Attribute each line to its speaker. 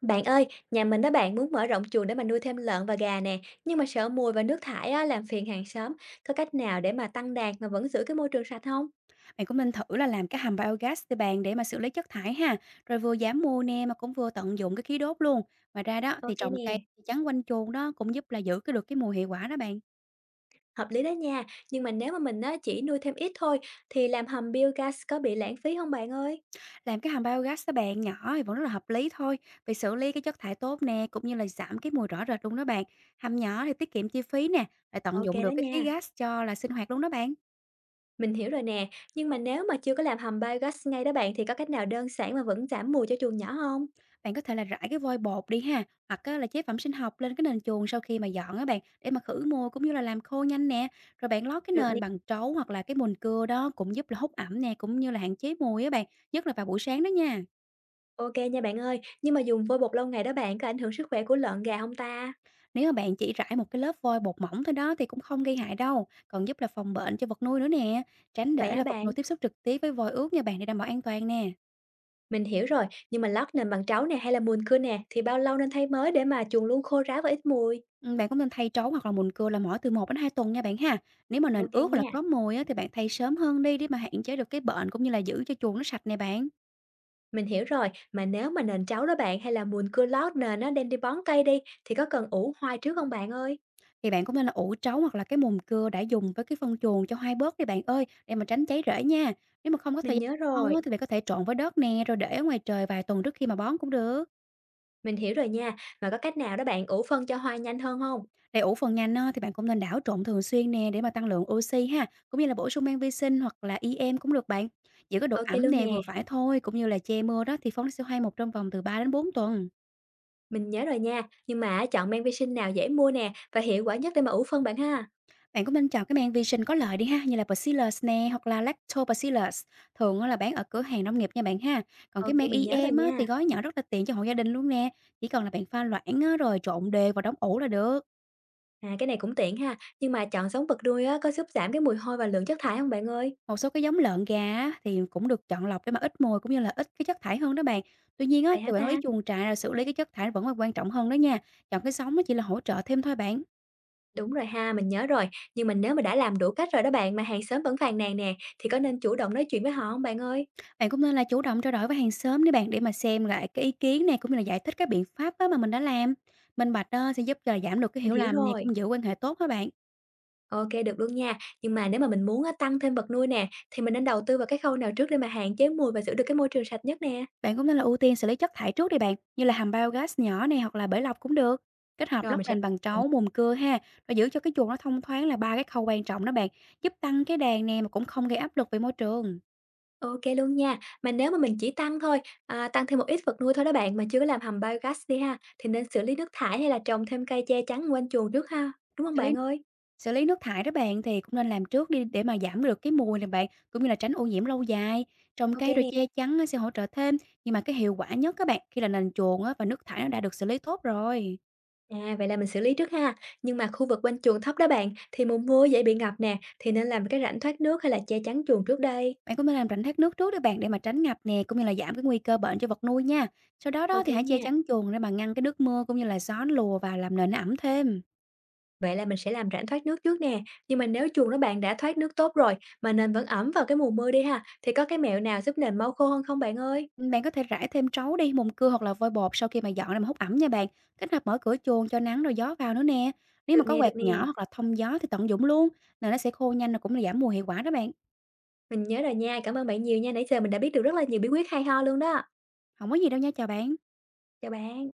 Speaker 1: Bạn ơi, nhà mình đó bạn muốn mở rộng chuồng để mà nuôi thêm lợn và gà nè, nhưng mà sợ mùi và nước thải á, làm phiền hàng xóm. Có cách nào để mà tăng đàn mà vẫn giữ cái môi trường sạch không?
Speaker 2: Bạn cũng nên thử là làm cái hầm biogas từ bàn để mà xử lý chất thải ha, rồi vừa giảm mua nè mà cũng vừa tận dụng cái khí đốt luôn. Ngoài ra đó thì
Speaker 1: Ok
Speaker 2: trồng
Speaker 1: nè,
Speaker 2: cây chắn quanh chuồng đó cũng giúp là giữ cái được cái mùi hiệu quả đó bạn.
Speaker 1: hợp lý đó nha. Nhưng mà nếu mà mình á, chỉ nuôi thêm ít thôi, thì làm hầm biogas có bị lãng phí không bạn ơi?
Speaker 2: Làm cái hầm biogas đó bạn nhỏ thì vẫn rất là hợp lý thôi, vì xử lý cái chất thải tốt nè cũng như là giảm cái mùi rõ rệt luôn đó bạn. Hầm nhỏ thì tiết kiệm chi phí nè, lại tận
Speaker 1: Ok
Speaker 2: dụng
Speaker 1: đó
Speaker 2: được cái khí
Speaker 1: nha.
Speaker 2: gas cho là sinh hoạt luôn đó bạn.
Speaker 1: Mình hiểu rồi nè, nhưng mà nếu mà chưa có làm hầm biogas ngay đó bạn thì có cách nào đơn giản mà vẫn giảm mùi cho chuồng nhỏ không?
Speaker 2: Bạn có thể là rải cái vôi bột đi ha, hoặc á là chế phẩm sinh học lên cái nền chuồng sau khi mà dọn á bạn, để mà khử mùi cũng như là làm khô nhanh nè. Rồi bạn lót cái
Speaker 1: Được nè,
Speaker 2: nền bằng trấu hoặc là cái mùn cưa đó cũng giúp là hút ẩm nè, cũng như là hạn chế mùi á bạn, nhất là vào buổi sáng đó nha.
Speaker 1: ok nha bạn ơi, nhưng mà dùng vôi bột lâu ngày đó bạn có ảnh hưởng sức khỏe của lợn gà không ta?
Speaker 2: Nếu mà bạn chỉ rải một cái lớp vôi bột mỏng thôi đó thì cũng không gây hại đâu, còn giúp là phòng bệnh cho vật nuôi nữa nè. Tránh
Speaker 1: Vậy
Speaker 2: để
Speaker 1: hả
Speaker 2: là vật
Speaker 1: bạn?
Speaker 2: nuôi tiếp xúc trực tiếp với vôi ướt nha bạn để đảm bảo an toàn nè.
Speaker 1: Mình hiểu rồi, nhưng mà lót nền bằng trấu nè hay là mùn cưa nè thì bao lâu nên thay mới để mà chuồng luôn khô ráo và ít mùi?
Speaker 2: Bạn cũng nên thay trấu hoặc là mùn cưa là mỗi từ một đến hai tuần nha bạn ha. Nếu mà nền
Speaker 1: Ok
Speaker 2: ướt hoặc là
Speaker 1: nha.
Speaker 2: có mùi á, thì bạn thay sớm hơn đi để mà hạn chế được cái bệnh cũng như là giữ cho chuồng nó sạch nè bạn.
Speaker 1: Mình hiểu rồi, mà nếu mà nền trấu đó bạn hay là mùn cưa lót nền nó đem đi bón cây đi thì có cần ủ hoai trước không bạn ơi?
Speaker 2: Thì bạn cũng nên là ủ trấu hoặc là cái mùn cưa đã dùng với cái phân chuồng cho hai bớt đi bạn ơi, để mà tránh cháy rễ nha. Nếu mà không có thời
Speaker 1: Mình nhớ
Speaker 2: gian lâu
Speaker 1: rồi,
Speaker 2: á, thì bạn có thể trộn với đất nè rồi để ở ngoài trời vài tuần trước khi mà bón cũng được.
Speaker 1: mình hiểu rồi nha. Mà có cách nào đó bạn ủ phân cho hoai nhanh hơn không?
Speaker 2: Để ủ phần nhanh á, thì bạn cũng nên đảo trộn thường xuyên nè để mà tăng lượng oxy ha, cũng như là bổ sung men vi sinh hoặc là i EM cũng được bạn. Giữ cái độ
Speaker 1: Ok
Speaker 2: ẩm
Speaker 1: luôn
Speaker 2: nè
Speaker 1: nè,
Speaker 2: vừa phải thôi, cũng như là che mưa đó thì phóng CO2 một trong vòng từ 3 đến 4 tuần.
Speaker 1: mình nhớ rồi nha. Nhưng mà chọn men vi sinh nào dễ mua nè và hiệu quả nhất để mà ủ phân bạn ha.
Speaker 2: Bạn cũng nên chọn cái men vi sinh có lợi đi ha, như là Bacillus nè hoặc là Lactobacillus, thường á là bán ở cửa hàng nông nghiệp nha bạn ha. Còn
Speaker 1: Ok
Speaker 2: cái men
Speaker 1: mình
Speaker 2: i
Speaker 1: nhớ rồi
Speaker 2: EM á,
Speaker 1: nha.
Speaker 2: thì gói nhỏ rất là tiện cho hộ gia đình luôn nè, chỉ cần là bạn pha loãng á, rồi trộn đều và đóng ủ là được.
Speaker 1: À, cái này cũng tiện ha, nhưng mà chọn giống vật nuôi á có giúp giảm cái mùi hôi và lượng chất thải không bạn ơi?
Speaker 2: Một số cái giống lợn gà á, thì cũng được chọn lọc để mà ít mồi cũng như là ít cái chất thải hơn đó bạn. Tuy nhiên á,
Speaker 1: Vậy hả
Speaker 2: thì quản lý
Speaker 1: ta?
Speaker 2: chuồng trại rồi xử lý cái chất thải vẫn là quan trọng hơn đó nha. Chọn cái giống nó chỉ là hỗ trợ thêm thôi bạn.
Speaker 1: Đúng rồi ha, mình nhớ rồi. Nhưng mà nếu mà đã làm đủ cách rồi đó bạn mà hàng xóm vẫn phàn nàn nè, thì có nên chủ động nói chuyện với họ không bạn ơi?
Speaker 2: Bạn cũng nên là chủ động trao đổi với hàng xóm để mà xem lại cái ý kiến này cũng như là giải thích các biện pháp á mà mình đã làm. Minh bạch đó sẽ giúp cho giảm được cái
Speaker 1: Mình
Speaker 2: hiểu
Speaker 1: hiểu
Speaker 2: lầm này
Speaker 1: rồi.
Speaker 2: cũng giữ quan hệ tốt thôi bạn.
Speaker 1: OK, được luôn nha. Nhưng mà nếu mà mình muốn á tăng thêm vật nuôi nè, thì mình nên đầu tư vào cái khâu nào trước để mà hạn chế mùi và giữ được cái môi trường sạch nhất nè?
Speaker 2: Bạn cũng nên là ưu tiên xử lý chất thải trước đi bạn, như là hầm biogas nhỏ này hoặc là bể lọc cũng được. Kết hợp
Speaker 1: Rồi
Speaker 2: lót
Speaker 1: mình sẽ
Speaker 2: nền bằng trấu, mùn cưa ha, và giữ cho cái chuồng nó thông thoáng là ba cái khâu quan trọng đó bạn, giúp tăng cái đàn nè mà cũng không gây áp lực về môi trường.
Speaker 1: OK luôn nha. Mà nếu mà mình chỉ tăng thôi, à, tăng thêm một ít vật nuôi thôi đó bạn, mà chưa có làm hầm biogas đi ha, thì nên xử lý nước thải hay là trồng thêm cây che chắn quanh chuồng trước ha? Đúng không
Speaker 2: Xử lý
Speaker 1: bạn ơi?
Speaker 2: xử lý nước thải đó bạn thì cũng nên làm trước đi để mà giảm được cái mùi này bạn, cũng như là tránh ô nhiễm lâu dài. Trồng
Speaker 1: OK
Speaker 2: cây rồi
Speaker 1: nè.
Speaker 2: che chắn á, sẽ hỗ trợ thêm, nhưng mà cái hiệu quả nhất các bạn khi là nền chuồng á, và nước thải nó đã được xử lý tốt rồi.
Speaker 1: À, vậy là mình xử lý trước ha. Nhưng mà khu vực quanh chuồng thấp đó bạn, thì mùa mưa dễ bị ngập nè, thì nên làm cái rãnh thoát nước hay là che chắn chuồng trước đây?
Speaker 2: Bạn cũng nên làm rãnh thoát nước trước để mà tránh ngập nè, cũng như là giảm cái nguy cơ bệnh cho vật nuôi nha. Sau đó đó
Speaker 1: Ok
Speaker 2: thì hãy che
Speaker 1: nha.
Speaker 2: chắn chuồng để mà ngăn cái nước mưa cũng như là gió nó lùa vào làm nền nó ẩm thêm.
Speaker 1: Vậy là mình sẽ làm rãnh thoát nước trước nè. Nhưng mà nếu chuồng đó bạn đã thoát nước tốt rồi, mà nền vẫn ẩm vào cái mùa mưa đi ha, thì có cái mẹo nào giúp nền mau khô hơn không bạn ơi?
Speaker 2: Ừ, bạn có thể rải thêm trấu đi, mùn cưa hoặc là vôi bột sau khi mà dọn để mà hút ẩm nha bạn. Kết hợp mở cửa chuồng cho nắng rồi gió vào nữa nè. Nếu
Speaker 1: Được
Speaker 2: mà có
Speaker 1: nè, được
Speaker 2: quạt
Speaker 1: nè.
Speaker 2: nhỏ hoặc là thông gió thì tận dụng luôn, là nó sẽ khô nhanh rồi cũng là giảm mùi hiệu quả đó bạn.
Speaker 1: Mình nhớ rồi nha. Cảm ơn bạn nhiều nha. Nãy giờ mình đã biết được rất là nhiều bí quyết hay ho luôn đó.
Speaker 2: Không có gì đâu nha, chào bạn.
Speaker 1: Chào bạn.